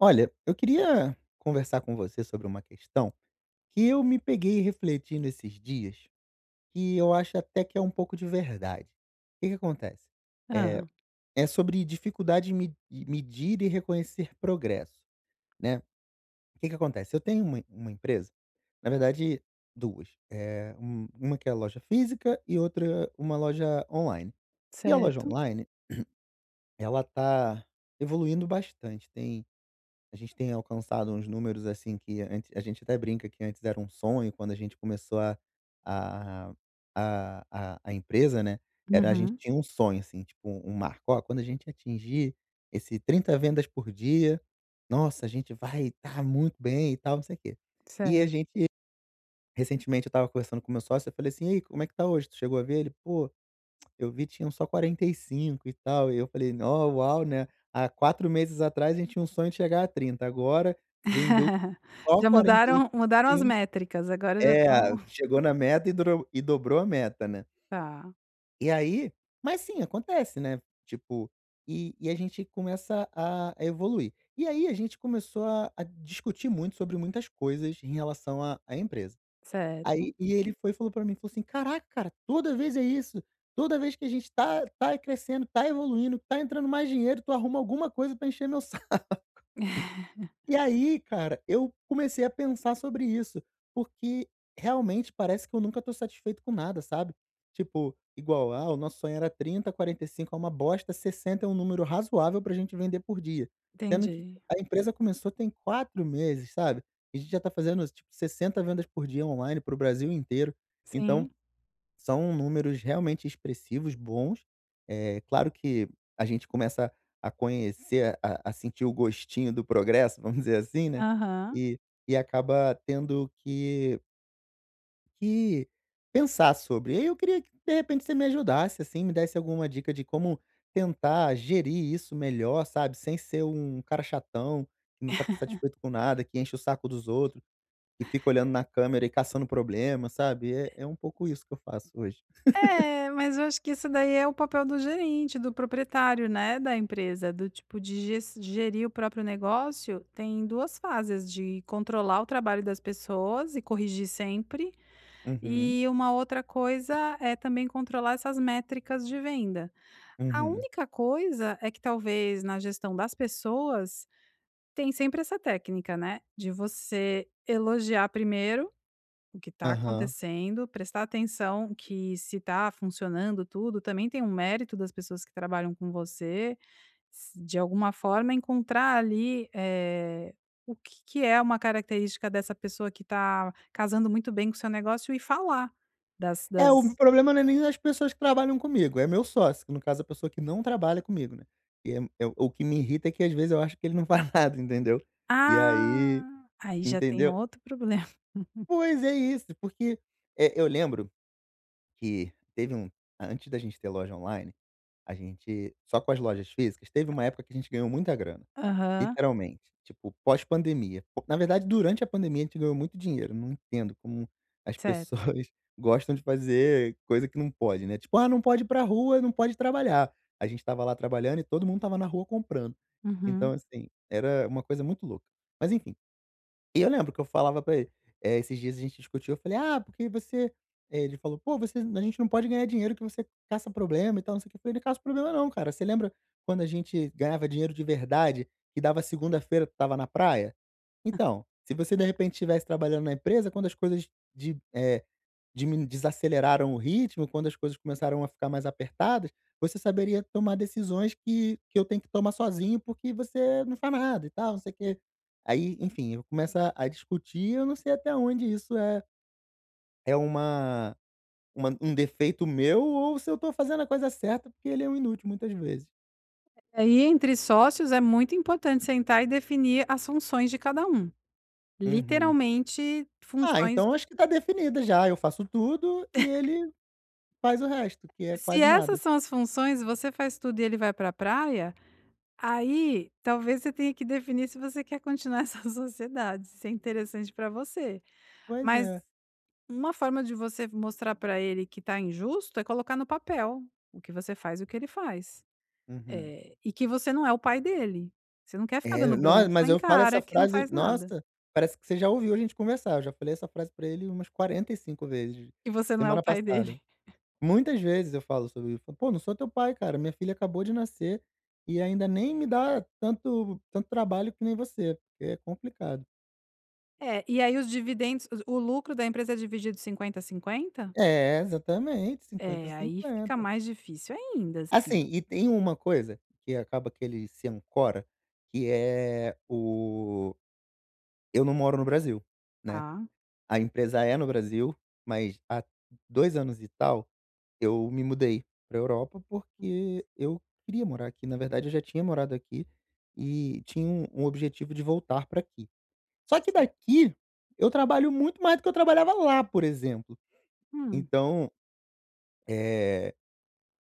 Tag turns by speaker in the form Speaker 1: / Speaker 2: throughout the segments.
Speaker 1: Olha, eu queria conversar com você sobre uma questão que eu me peguei refletindo esses dias, que eu acho até que é um pouco de verdade. O que que acontece? É,
Speaker 2: Ah,
Speaker 1: é sobre dificuldade em em medir e reconhecer progresso, né? O que que acontece? Eu tenho uma empresa, na verdade, duas. É, uma que é loja física e outra uma loja online. E a loja
Speaker 2: certo.
Speaker 1: online, ela tá evoluindo bastante. A gente tem alcançado uns números, assim, que antes a gente até brinca que antes era um sonho, quando a gente começou a a a empresa, né, era a gente
Speaker 2: Uhum.
Speaker 1: tinha um sonho, assim, tipo um marco: "Ó, quando a gente atingir esse 30 vendas por dia, nossa, a gente vai estar muito bem e tal, não sei o quê". E a
Speaker 2: Certo.
Speaker 1: gente recentemente eu estava conversando com o meu sócio, eu falei assim: "Ei, como é que tá hoje? Tu chegou a ver?" Ele: "Pô, eu vi, tinham só 45 e tal", e eu falei: "Nó, uau, né, há 4 meses atrás a gente tinha um sonho de chegar a 30 agora vendeu só
Speaker 2: Já mudaram
Speaker 1: 45".
Speaker 2: as métricas, agora já
Speaker 1: É,
Speaker 2: estão
Speaker 1: chegou na meta e dro e dobrou a meta, né.
Speaker 2: tá,
Speaker 1: E aí, mas sim, acontece, né, tipo, e a gente começa a evoluir. E aí a gente começou a discutir muito sobre muitas coisas em relação à empresa. Aí,
Speaker 2: certo.
Speaker 1: e ele foi e falou pra mim, falou assim: "Caraca, cara, toda vez é isso. Toda vez que a gente tá crescendo, tá evoluindo, tá entrando mais dinheiro, tu arruma alguma coisa pra encher meu". E aí, cara, eu comecei a pensar sobre isso, porque realmente parece que eu nunca tô satisfeito com nada, sabe? Tipo, igual, ah, o nosso sonho era 30, 45 é uma bosta, 60 é um número razoável pra gente vender por dia. Sendo que
Speaker 2: Entendi.
Speaker 1: a empresa começou tem 4 meses, sabe? E a gente já tá fazendo, tipo, 60 vendas por dia online pro Brasil inteiro. Então,
Speaker 2: Sim.
Speaker 1: são números realmente expressivos, bons. É claro que a gente começa a conhecer, a sentir o gostinho do progresso, vamos dizer assim, né,
Speaker 2: Aham.
Speaker 1: e e acaba tendo que pensar sobre. E aí eu queria que, de repente, você me ajudasse, assim, me desse alguma dica de como tentar gerir isso melhor, sabe, sem ser um cara chatão, que nunca tá satisfeito com nada, que enche o saco dos outros, que fica olhando na câmera e caçando problema, sabe. É é um pouco isso que eu faço hoje.
Speaker 2: É, mas eu acho que isso daí é o papel do gerente, do proprietário, né, da empresa, do tipo de ges gerir o próprio negócio, tem 2 fases, de controlar o trabalho das pessoas e corrigir sempre,
Speaker 1: Uhum.
Speaker 2: e uma outra coisa é também controlar essas métricas de venda. A
Speaker 1: Uhum.
Speaker 2: única coisa é que talvez na gestão das pessoas tem sempre essa técnica, né, de você elogiar primeiro o que está
Speaker 1: Aham.
Speaker 2: acontecendo, prestar atenção que se está funcionando tudo, também tem um mérito das pessoas que trabalham com você, s de alguma forma encontrar ali, o que que é uma característica dessa pessoa que está casando muito bem com o seu negócio e falar das
Speaker 1: É, o
Speaker 2: das
Speaker 1: problema não é nem as pessoas que trabalham comigo, é meu sócio, que no caso é a pessoa que não trabalha comigo, né. E é o que me irrita é que às vezes eu acho que ele não faz nada, entendeu. E aí,
Speaker 2: ah, aí já tem
Speaker 1: entendeu?
Speaker 2: outro problema.
Speaker 1: Pois é isso, porque, eu lembro que teve um, antes da gente ter loja online, a gente só com as lojas físicas, teve uma época que a gente ganhou muita grana.
Speaker 2: Aham.
Speaker 1: Literalmente, tipo, pós-pandemia. Po Na verdade, durante a pandemia a gente ganhou muito dinheiro, não entendo como as
Speaker 2: Certo.
Speaker 1: pessoas gostam de fazer coisa que não pode, né, tipo: "Ah, não pode ir pra rua, não pode trabalhar". A gente estava lá trabalhando e todo mundo estava na rua comprando.
Speaker 2: Uhum.
Speaker 1: Então, assim, era uma coisa muito louca. Mas enfim, e eu lembro que eu falava pra ele, esses dias a gente discutiu, eu falei: "Ah, porque você". É, ele falou: "Pô, você, a gente não pode ganhar dinheiro que você caça problema e tal, não sei o que Eu falei: "Não caço problema não, cara. Você lembra quando a gente ganhava dinheiro de verdade e dava segunda-feira, tu estava na praia? Então, se você de repente estivesse trabalhando na empresa, quando as coisas de, eh Dimin desaceleraram o ritmo, quando as coisas começaram a ficar mais apertadas, você saberia tomar decisões que eu tenho que tomar sozinho, porque você não faz nada e tal, não sei o quê". Aí, enfim, eu começo a discutir, eu não sei até onde isso é é uma um defeito meu ou se eu tô fazendo a coisa certa, porque ele é um inútil muitas vezes.
Speaker 2: Aí, entre sócios, é muito importante sentar e definir as funções de cada um.
Speaker 1: Uhum.
Speaker 2: Literalmente,
Speaker 1: Ah,
Speaker 2: funções
Speaker 1: então acho que tá definida já, eu faço tudo e ele faz o resto, que é
Speaker 2: se
Speaker 1: quase
Speaker 2: essas
Speaker 1: nada.
Speaker 2: são as funções, você faz tudo e ele vai para a praia, aí talvez você tenha que definir se você quer continuar essa sociedade, se é interessante para você.
Speaker 1: Pois
Speaker 2: Mas
Speaker 1: é.
Speaker 2: uma forma de você mostrar para ele que tá injusto é colocar no papel o que você faz e o que ele faz.
Speaker 1: Uhum.
Speaker 2: E que você não é o pai dele. Você não quer ficar dando
Speaker 1: É, nossa,
Speaker 2: bronca
Speaker 1: mas
Speaker 2: em
Speaker 1: eu falo
Speaker 2: cara
Speaker 1: essa
Speaker 2: que não
Speaker 1: frase,
Speaker 2: faz nada.
Speaker 1: nossa, parece que você já ouviu a gente conversar, eu já falei essa frase pra ele umas 45 vezes,
Speaker 2: Que você não é o
Speaker 1: semana
Speaker 2: pai dele.
Speaker 1: passada. Muitas vezes eu falo sobre isso: "Pô, não sou teu pai, cara, minha filha acabou de nascer, e ainda nem me dá tanto tanto trabalho que nem você, porque é complicado".
Speaker 2: É, e aí os dividendos o lucro da empresa é dividido 50 a 50?
Speaker 1: É, exatamente, 50
Speaker 2: É, aí fica
Speaker 1: cinquenta
Speaker 2: mais difícil ainda,
Speaker 1: Assim,
Speaker 2: assim.
Speaker 1: e tem uma coisa que acaba que ele se ancora, que é o eu não moro no Brasil, né.
Speaker 2: Tá.
Speaker 1: A empresa é no Brasil, mas há 2 anos e tal, eu me mudei para Europa, porque eu queria morar aqui. Na verdade, eu já tinha morado aqui e tinha um objetivo de voltar para aqui. Só que daqui eu trabalho muito mais do que eu trabalhava lá, por exemplo.
Speaker 2: Hum.
Speaker 1: Então, eh,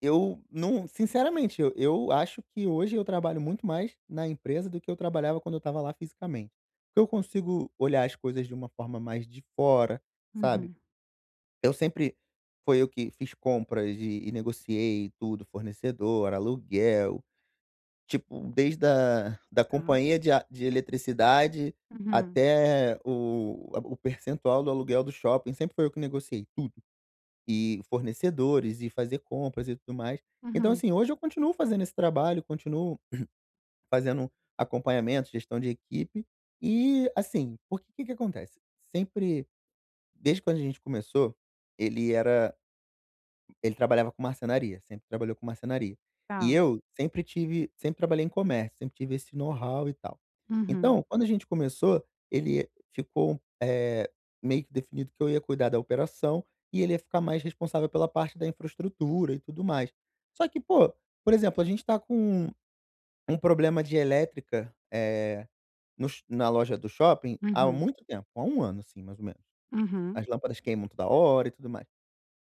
Speaker 1: eu não, sinceramente, eu acho que hoje eu trabalho muito mais na empresa do que eu trabalhava quando eu estava lá fisicamente. Porque eu consigo olhar as coisas de uma forma mais de fora, sabe?
Speaker 2: Uhum.
Speaker 1: Eu sempre foi eu que fiz compras e negociei tudo, fornecedor, aluguel, tipo, desde a da
Speaker 2: Tá.
Speaker 1: companhia de a de eletricidade
Speaker 2: Uhum.
Speaker 1: até o a o percentual do aluguel do shopping, sempre foi eu que negociei tudo. E fornecedores e fazer compras e tudo mais. Então,
Speaker 2: Uhum.
Speaker 1: assim, hoje eu continuo fazendo esse trabalho, continuo fazendo acompanhamento, gestão de equipe e, assim, porque que acontece? Sempre desde quando a gente começou, ele era, ele trabalhava com marcenaria, sempre trabalhou com marcenaria. E
Speaker 2: Tá.
Speaker 1: eu sempre tive, sempre trabalhei em comércio, sempre tive esse know-how e tal.
Speaker 2: Uhum.
Speaker 1: Então, quando a gente começou, ele ficou, meio que definido que eu ia cuidar da operação e ele ia ficar mais responsável pela parte da infraestrutura e tudo mais. Só que, pô, por exemplo, a gente tá com um problema de elétrica, no sh na loja do shopping há
Speaker 2: Uhum.
Speaker 1: muito tempo, há um ano, assim, mais ou menos.
Speaker 2: Uhum.
Speaker 1: As lâmpadas queimam toda hora e tudo mais.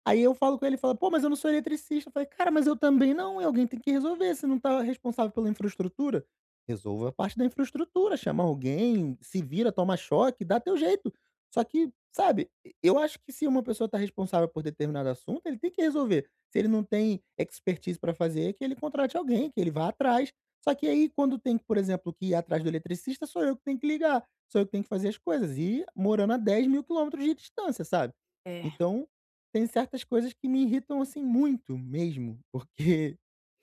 Speaker 1: Aí eu falo com ele, ele fala: "Pô, mas eu não sou eletricista". Eu falei: "Cara, mas eu também não, e alguém tem que resolver, você não tá responsável pela infraestrutura? Resolva a parte da infraestrutura, chama alguém, se vira, toma choque, dá teu jeito". Só que, sabe, eu acho que se uma pessoa tá responsável por determinado assunto, ele tem que resolver. Se ele não tem expertise para fazer, que ele contrate alguém, que ele vá atrás. Só que aí quando tem, por exemplo, que ir atrás do eletricista, sou eu que tenho que ligar, sou eu que tenho que fazer as coisas, e morando a 10.000 quilômetros de distância, sabe.
Speaker 2: É.
Speaker 1: Então tem certas coisas que me irritam, assim, muito mesmo, porque,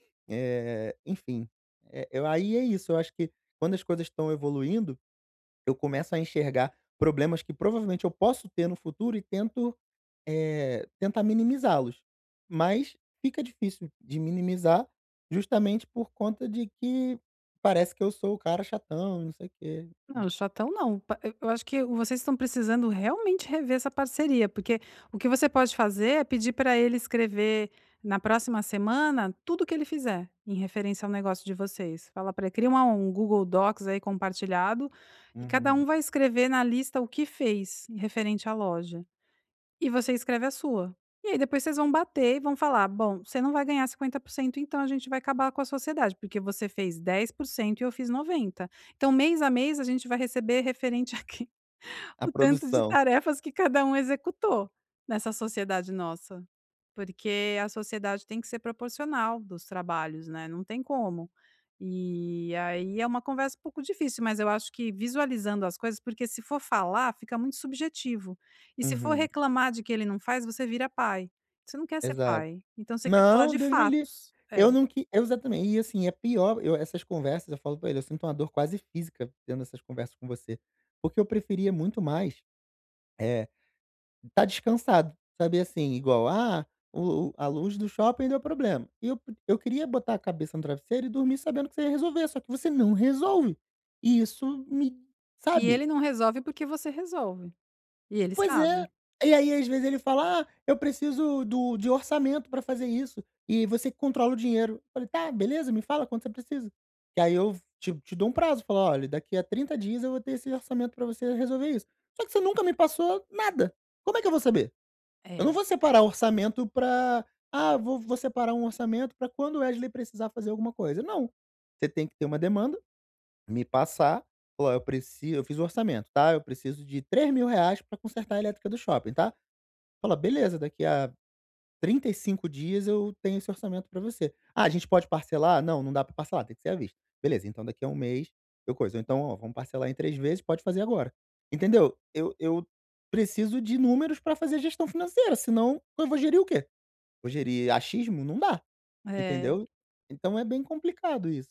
Speaker 1: eh, enfim, eu, aí é isso, eu acho que quando as coisas estão evoluindo, eu começo a enxergar problemas que provavelmente eu posso ter no futuro e tento, tentar minimizá-los. Mas fica difícil de minimizar, justamente por conta de que parece que eu sou o cara chatão, não sei o quê.
Speaker 2: Não, chatão não. Pa eu acho que vocês estão precisando realmente rever essa parceria, porque o que você pode fazer é pedir para ele escrever na próxima semana tudo que ele fizer em referência ao negócio de vocês. Fala para ele, cria uma um Google Docs aí compartilhado e cada um
Speaker 1: Uhum,
Speaker 2: vai escrever na lista o que fez em referente à loja. E você escreve a sua. E aí depois vocês vão bater e vão falar: "Bom, você não vai ganhar 50%, então a gente vai acabar com a sociedade, porque você fez 10% e eu fiz 90. Então mês a mês a gente vai receber referente a
Speaker 1: a
Speaker 2: o tanto de
Speaker 1: produção.
Speaker 2: tarefas que cada um executou nessa sociedade nossa. Porque a sociedade tem que ser proporcional dos trabalhos, né, não tem como. E aí é uma conversa um pouco difícil, mas eu acho que visualizando as coisas porque se for falar, fica muito subjetivo. E se for
Speaker 1: Uhum,
Speaker 2: reclamar de que ele não faz, você vira pai. Você não quer ser
Speaker 1: exato.
Speaker 2: pai, então você quer falar
Speaker 1: Não,
Speaker 2: de
Speaker 1: Deus me livre.
Speaker 2: fatos.
Speaker 1: Eu
Speaker 2: É.
Speaker 1: não que, exatamente, e assim, é pior, eu essas conversas, eu falo pra ele, eu sinto uma dor quase física tendo essas conversas com você, porque eu preferia muito mais, eh tá descansado, sabe, assim, igual, ah, o a luz do shopping deu problema. E eu queria botar a cabeça no travesseiro e dormir sabendo que você ia resolver, só que você não resolve. E isso me,
Speaker 2: E
Speaker 1: sabe?
Speaker 2: ele não resolve porque você resolve. E ele
Speaker 1: Pois é.
Speaker 2: sabe.
Speaker 1: E aí, às vezes, ele fala: "Ah, eu preciso do de orçamento pra fazer isso, e você que controla o dinheiro". Eu falei: "Tá, beleza, me fala quanto você precisa". Que aí eu te dou um prazo, falo: "Olha, daqui a 30 dias eu vou ter esse orçamento pra você resolver isso". Só que você nunca me passou nada. Como é que eu vou saber? Eu não
Speaker 2: É,
Speaker 1: vou separar orçamento para, "Ah, vou separar um orçamento para quando o Wesley precisar fazer alguma coisa", não. Você tem que ter uma demanda, me passar, falar: "Eu preciso, eu fiz o orçamento, tá, eu preciso de 3.000 reais para consertar a elétrica do shopping, tá". Fala: "Beleza, daqui a 35 dias eu tenho esse orçamento para você". "Ah, a gente pode parcelar?" "Não, não dá para parcelar, tem que ser à vista." "Beleza, então daqui a um mês eu coiso." Ou então: "Ó, vamos parcelar em 3 vezes, pode fazer agora." Entendeu? Eu preciso de números para fazer gestão financeira, senão eu vou gerir o quê? Vou gerir achismo? Não dá,
Speaker 2: é.
Speaker 1: entendeu? Então é bem complicado isso.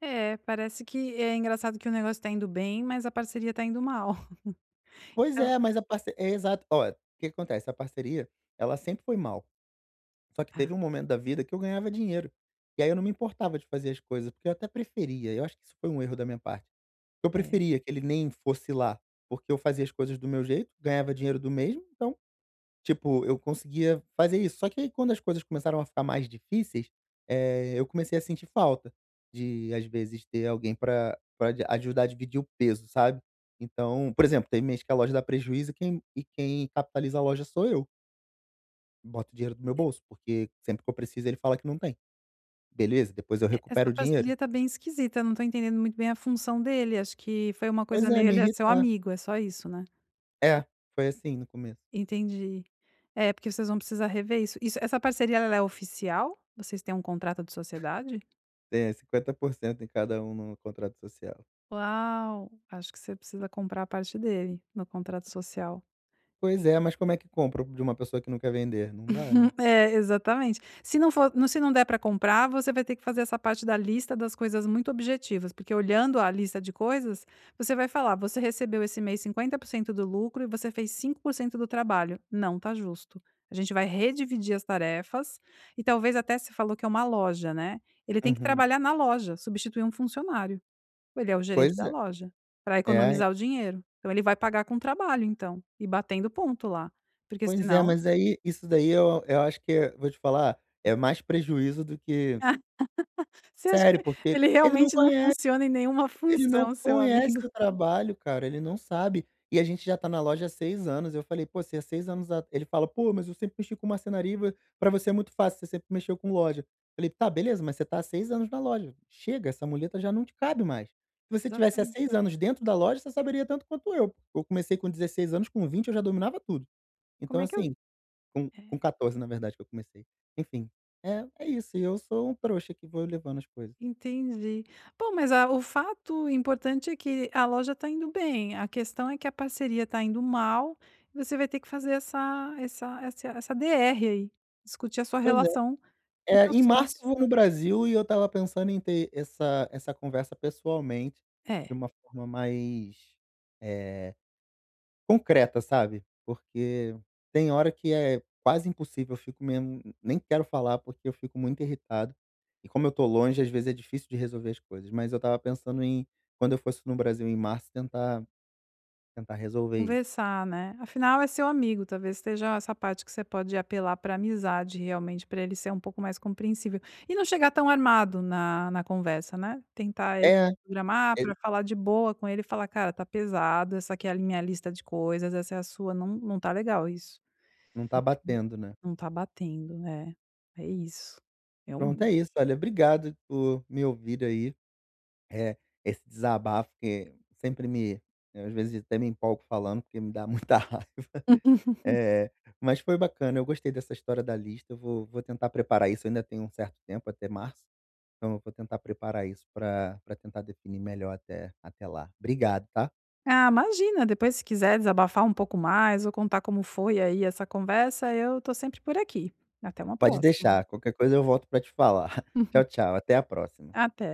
Speaker 2: É, parece que é engraçado que o negócio tá indo bem, mas a parceria tá indo mal.
Speaker 1: Pois
Speaker 2: Então
Speaker 1: é, mas a parceria é, exato. Ó, o que acontece, a parceria, ela sempre foi mal. Só que
Speaker 2: Ah,
Speaker 1: teve um momento da vida que eu ganhava dinheiro. E aí eu não me importava de fazer as coisas, porque eu até preferia, eu acho que isso foi um erro da minha parte. Eu
Speaker 2: é. E
Speaker 1: preferia que ele nem fosse lá, porque eu fazia as coisas do meu jeito, ganhava dinheiro do mesmo, então, tipo, eu conseguia fazer isso. Só que aí quando as coisas começaram a ficar mais difíceis, eu comecei a sentir falta de, às vezes, ter alguém pra de ajudar a dividir o peso, sabe. Então, por exemplo, tem mês que a loja dá prejuízo e quem capitaliza a loja sou eu, boto dinheiro do meu bolso, porque sempre que eu preciso ele fala que não tem. Beleza, depois eu
Speaker 2: essa
Speaker 1: recupero o dinheiro.
Speaker 2: parceria tá bem esquisita, eu não tô entendendo muito bem a função dele, acho que foi uma
Speaker 1: Pois
Speaker 2: coisa
Speaker 1: é,
Speaker 2: meio
Speaker 1: me
Speaker 2: ele é seu
Speaker 1: irritar.
Speaker 2: amigo, é só isso, né.
Speaker 1: É, foi assim no começo.
Speaker 2: Entendi. É, porque vocês vão precisar rever isso. Isso essa parceria ela é oficial? Vocês têm um contrato de sociedade?
Speaker 1: É, 50% em cada um no contrato social.
Speaker 2: Uau, acho que você precisa comprar a parte dele no contrato social.
Speaker 1: Pois é, mas como é que compra de uma pessoa que não quer vender? Não dá, né.
Speaker 2: É, exatamente. Se não for não- se não der para comprar, você vai ter que fazer essa parte da lista das coisas muito objetivas, porque olhando a lista de coisas, você vai falar: "Você recebeu esse mês 50% do lucro e você fez 5% do trabalho". Não tá justo. A gente vai redividir as tarefas e talvez até se falou que é uma loja, né, ele tem que
Speaker 1: Uhum.
Speaker 2: trabalhar na loja, substituir um funcionário. Ele é o gerente
Speaker 1: Pois
Speaker 2: da
Speaker 1: é.
Speaker 2: loja, para
Speaker 1: É,
Speaker 2: economizar o dinheiro. Então ele vai pagar com trabalho então, e batendo ponto lá, porque
Speaker 1: pois é,
Speaker 2: senão
Speaker 1: mas aí isso daí eu acho que, vou te falar, é mais prejuízo do que
Speaker 2: Você acha
Speaker 1: sério,
Speaker 2: que
Speaker 1: porque
Speaker 2: ele
Speaker 1: ele não
Speaker 2: realmente não
Speaker 1: conhece.
Speaker 2: funciona em nenhuma
Speaker 1: Ele não
Speaker 2: função, seu amigo?
Speaker 1: conhece o trabalho, cara, ele não sabe. E a gente já tá na loja há 6 anos. Eu falei: "Pô, se há 6 anos a", ele fala: "Pô, mas eu sempre mexi com marcenaria e vo pra você é muito fácil, você sempre mexeu com loja". Eu falei: "Tá, beleza, mas você tá há 6 anos na loja. Chega, essa muleta já não te cabe mais. Se você tivesse há
Speaker 2: Exatamente.
Speaker 1: 6 anos dentro da loja, você saberia tanto quanto eu. Eu comecei com 16 anos, com 20, eu já dominava tudo".
Speaker 2: Como
Speaker 1: Então
Speaker 2: é que eu
Speaker 1: assim, com
Speaker 2: é,
Speaker 1: com 14 na verdade que eu comecei. Enfim, é isso, e eu sou um trouxa que vou levando as coisas.
Speaker 2: entendi. Bom, mas a o fato importante é que a loja está indo bem, a questão é que a parceria está indo mal, e você vai ter que fazer essa essa DR aí, discutir a sua
Speaker 1: Pois é.
Speaker 2: relação com o
Speaker 1: É,
Speaker 2: seu
Speaker 1: em março
Speaker 2: sócio.
Speaker 1: eu vou no Brasil e eu tava pensando em ter essa conversa pessoalmente, de
Speaker 2: É.
Speaker 1: uma forma mais, eh, concreta, sabe. Porque tem hora que é quase impossível, eu fico mesmo nem quero falar, porque eu fico muito irritado. E como eu tô longe, às vezes é difícil de resolver as coisas, mas eu tava pensando em, quando eu fosse no Brasil em março, tentar resolver isso.
Speaker 2: Conversar, né. Afinal, é seu amigo, talvez esteja essa parte que você pode apelar para amizade realmente, para ele ser um pouco mais compreensível. E não chegar tão armado na conversa, né. Tentar aí
Speaker 1: É,
Speaker 2: programar
Speaker 1: e
Speaker 2: para falar de boa com ele e falar: "Cara, tá pesado, essa aqui é a minha lista de coisas, essa é a sua, não tá legal isso.
Speaker 1: não tá batendo, né.
Speaker 2: Não tá batendo". Né? é isso.
Speaker 1: Pronto,
Speaker 2: Realmente.
Speaker 1: é isso. Olha, obrigado por me ouvir aí. É, esse desabafo que sempre me às vezes até me empolgo falando, porque me dá muita raiva. Eh, mas foi bacana, eu gostei dessa história da lista, eu vou tentar preparar isso, eu ainda tenho um certo tempo, até março, então eu vou tentar preparar isso para pra tentar definir melhor até lá. Obrigado, tá?
Speaker 2: Ah, imagina, depois se quiser desabafar um pouco mais ou contar como foi aí essa conversa, eu tô sempre por aqui. Até uma
Speaker 1: Pode
Speaker 2: próxima.
Speaker 1: deixar, qualquer coisa eu volto para te falar. Tchau, tchau, até a próxima.
Speaker 2: Até.